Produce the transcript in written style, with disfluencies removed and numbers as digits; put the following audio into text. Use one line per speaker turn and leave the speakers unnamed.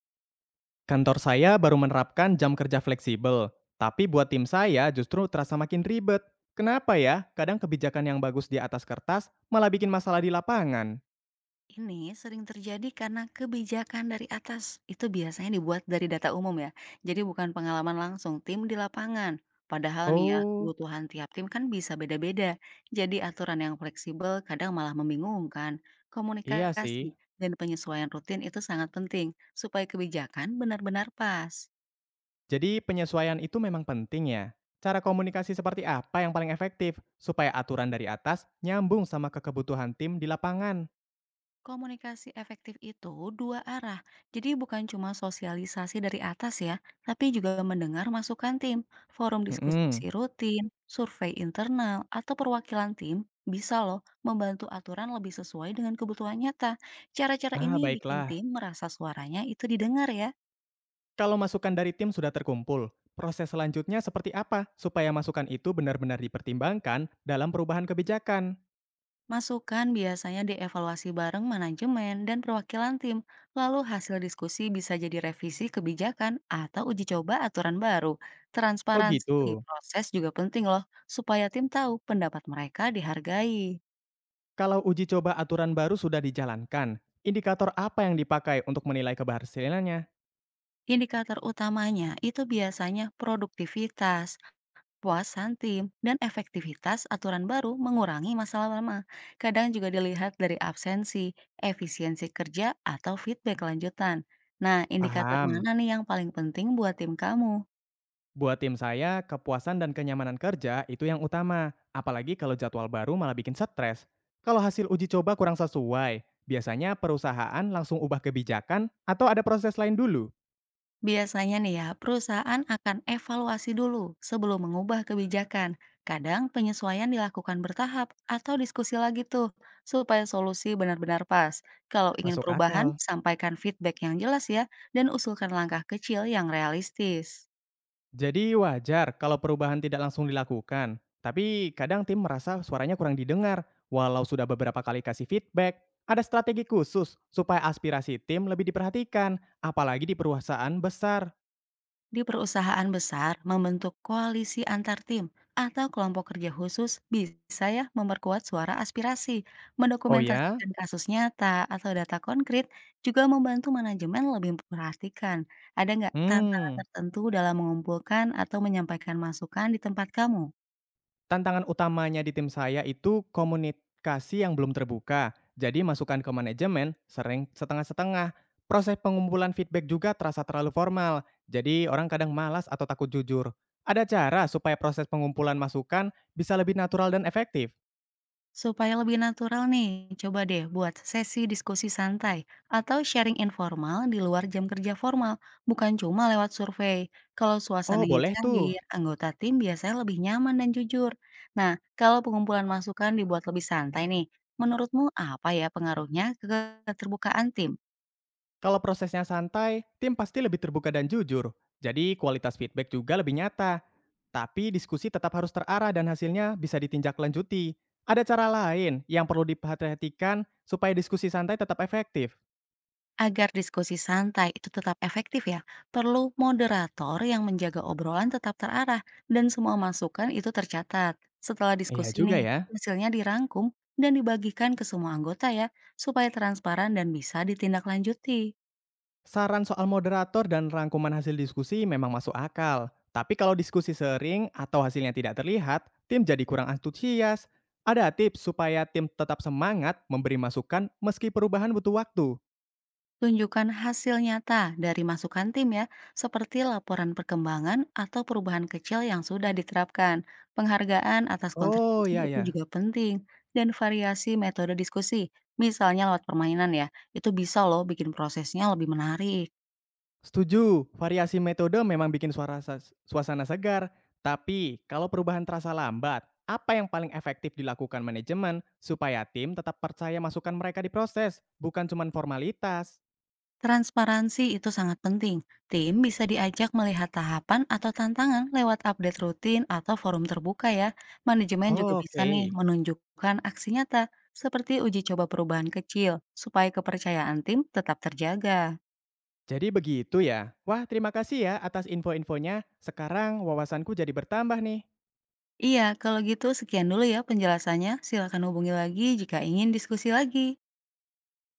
Kantor saya baru menerapkan jam kerja fleksibel, tapi buat tim saya justru terasa makin ribet. Kenapa ya? Kadang kebijakan yang bagus di atas kertas malah bikin masalah di lapangan.
Ini sering terjadi karena kebijakan dari atas itu biasanya dibuat dari data umum ya. Jadi bukan pengalaman langsung tim di lapangan. Padahal nih ya,
Oh,
kebutuhan tiap tim kan bisa beda-beda. Jadi aturan yang fleksibel kadang malah membingungkan.
iya sih.
Komunikasi dan penyesuaian rutin itu sangat penting supaya kebijakan benar-benar pas.
Jadi penyesuaian itu memang penting ya. Cara komunikasi seperti apa yang paling efektif supaya aturan dari atas nyambung sama kekebutuhan tim di lapangan?
Komunikasi efektif itu dua arah, jadi bukan cuma sosialisasi dari atas ya, tapi juga mendengar masukan tim, forum
Hmm,
diskusi rutin, survei internal, atau perwakilan tim bisa loh membantu aturan lebih sesuai dengan kebutuhan nyata. Cara-cara
ah,
ini bikin
baiklah.
tim merasa suaranya itu didengar ya.
Kalau masukan dari tim sudah terkumpul, proses selanjutnya seperti apa supaya masukan itu benar-benar dipertimbangkan dalam perubahan kebijakan?
Masukan biasanya dievaluasi bareng manajemen dan perwakilan tim, lalu hasil diskusi bisa jadi revisi kebijakan atau uji coba aturan baru.
Oh
Transparansi
gitu.
proses juga penting loh, supaya tim tahu pendapat mereka dihargai.
Kalau uji coba aturan baru sudah dijalankan, indikator apa yang dipakai untuk menilai keberhasilannya?
Indikator utamanya itu biasanya produktivitas, puasan tim dan efektivitas aturan baru mengurangi masalah lama. Kadang juga dilihat dari absensi, efisiensi kerja, atau feedback lanjutan. Nah, indikator
Paham.
mana nih yang paling penting buat tim kamu?
Buat tim saya, kepuasan dan kenyamanan kerja itu yang utama. Apalagi kalau jadwal baru malah bikin stres. Kalau hasil uji coba kurang sesuai, biasanya perusahaan langsung ubah kebijakan atau ada proses lain dulu?
Biasanya nih ya, perusahaan akan evaluasi dulu sebelum mengubah kebijakan. Kadang penyesuaian dilakukan bertahap atau diskusi lagi tuh, supaya solusi benar-benar pas. Kalau ingin
Masuk
perubahan,
akal.
sampaikan feedback yang jelas ya, dan usulkan langkah kecil yang realistis.
Jadi wajar kalau perubahan tidak langsung dilakukan, tapi kadang tim merasa suaranya kurang didengar. Walau sudah beberapa kali kasih feedback, ada strategi khusus supaya aspirasi tim lebih diperhatikan, apalagi di perusahaan besar.
Di perusahaan besar, membentuk koalisi antar tim atau kelompok kerja khusus bisa ya memperkuat suara aspirasi.
Oh ya?
Mendokumentasikan kasus nyata atau data konkret juga membantu manajemen lebih memperhatikan. Ada nggak tantangan
Hmm.
tertentu dalam mengumpulkan atau menyampaikan masukan di tempat kamu?
Tantangan utamanya di tim saya itu komunikasi yang belum terbuka. Jadi masukan ke manajemen sering setengah-setengah. Proses pengumpulan feedback juga terasa terlalu formal. Jadi orang kadang malas atau takut jujur. Ada cara supaya proses pengumpulan masukan bisa lebih natural dan efektif?
Supaya lebih natural nih, coba deh buat sesi diskusi santai atau sharing informal di luar jam kerja formal, bukan cuma lewat survei. Kalau
Oh,
suasananya
boleh tuh.
cair, anggota tim biasanya lebih nyaman dan jujur. Nah, kalau pengumpulan masukan dibuat lebih santai nih, menurutmu apa ya pengaruhnya ke keterbukaan tim?
Kalau prosesnya santai, tim pasti lebih terbuka dan jujur. Jadi kualitas feedback juga lebih nyata. Tapi diskusi tetap harus terarah dan hasilnya bisa ditindaklanjuti. Ada cara lain yang perlu diperhatikan supaya diskusi santai tetap efektif.
Agar diskusi santai itu tetap efektif ya, perlu moderator yang menjaga obrolan tetap terarah dan semua masukan itu tercatat. Setelah
Iya
diskusi
juga
nih,
ya.
hasilnya dirangkum dan dibagikan ke semua anggota ya, supaya transparan dan bisa ditindaklanjuti.
Saran soal moderator dan rangkuman hasil diskusi memang masuk akal. Tapi kalau diskusi sering atau hasilnya tidak terlihat, tim jadi kurang antusias. Ada tips supaya tim tetap semangat memberi masukan meski perubahan butuh waktu.
Tunjukkan hasil nyata dari masukan tim ya, seperti laporan perkembangan atau perubahan kecil yang sudah diterapkan. Penghargaan atas
Oh,
kontribusi
ya
itu
ya.
juga penting. Dan variasi metode diskusi, misalnya lewat permainan ya, itu bisa loh bikin prosesnya lebih menarik.
Setuju, variasi metode memang bikin suasana segar. Tapi, kalau perubahan terasa lambat, apa yang paling efektif dilakukan manajemen supaya tim tetap percaya masukan mereka diproses, bukan cuma formalitas?
Transparansi itu sangat penting. Tim bisa diajak melihat tahapan atau tantangan lewat update rutin atau forum terbuka ya. Manajemen juga bisa
Oke,
nih menunjukkan aksi nyata seperti uji coba perubahan kecil supaya kepercayaan tim tetap terjaga.
jadi begitu ya. Wah, terima kasih ya atas info-infonya. Sekarang wawasanku jadi bertambah nih.
Iya, kalau gitu sekian dulu ya penjelasannya. Silakan hubungi lagi jika ingin diskusi lagi.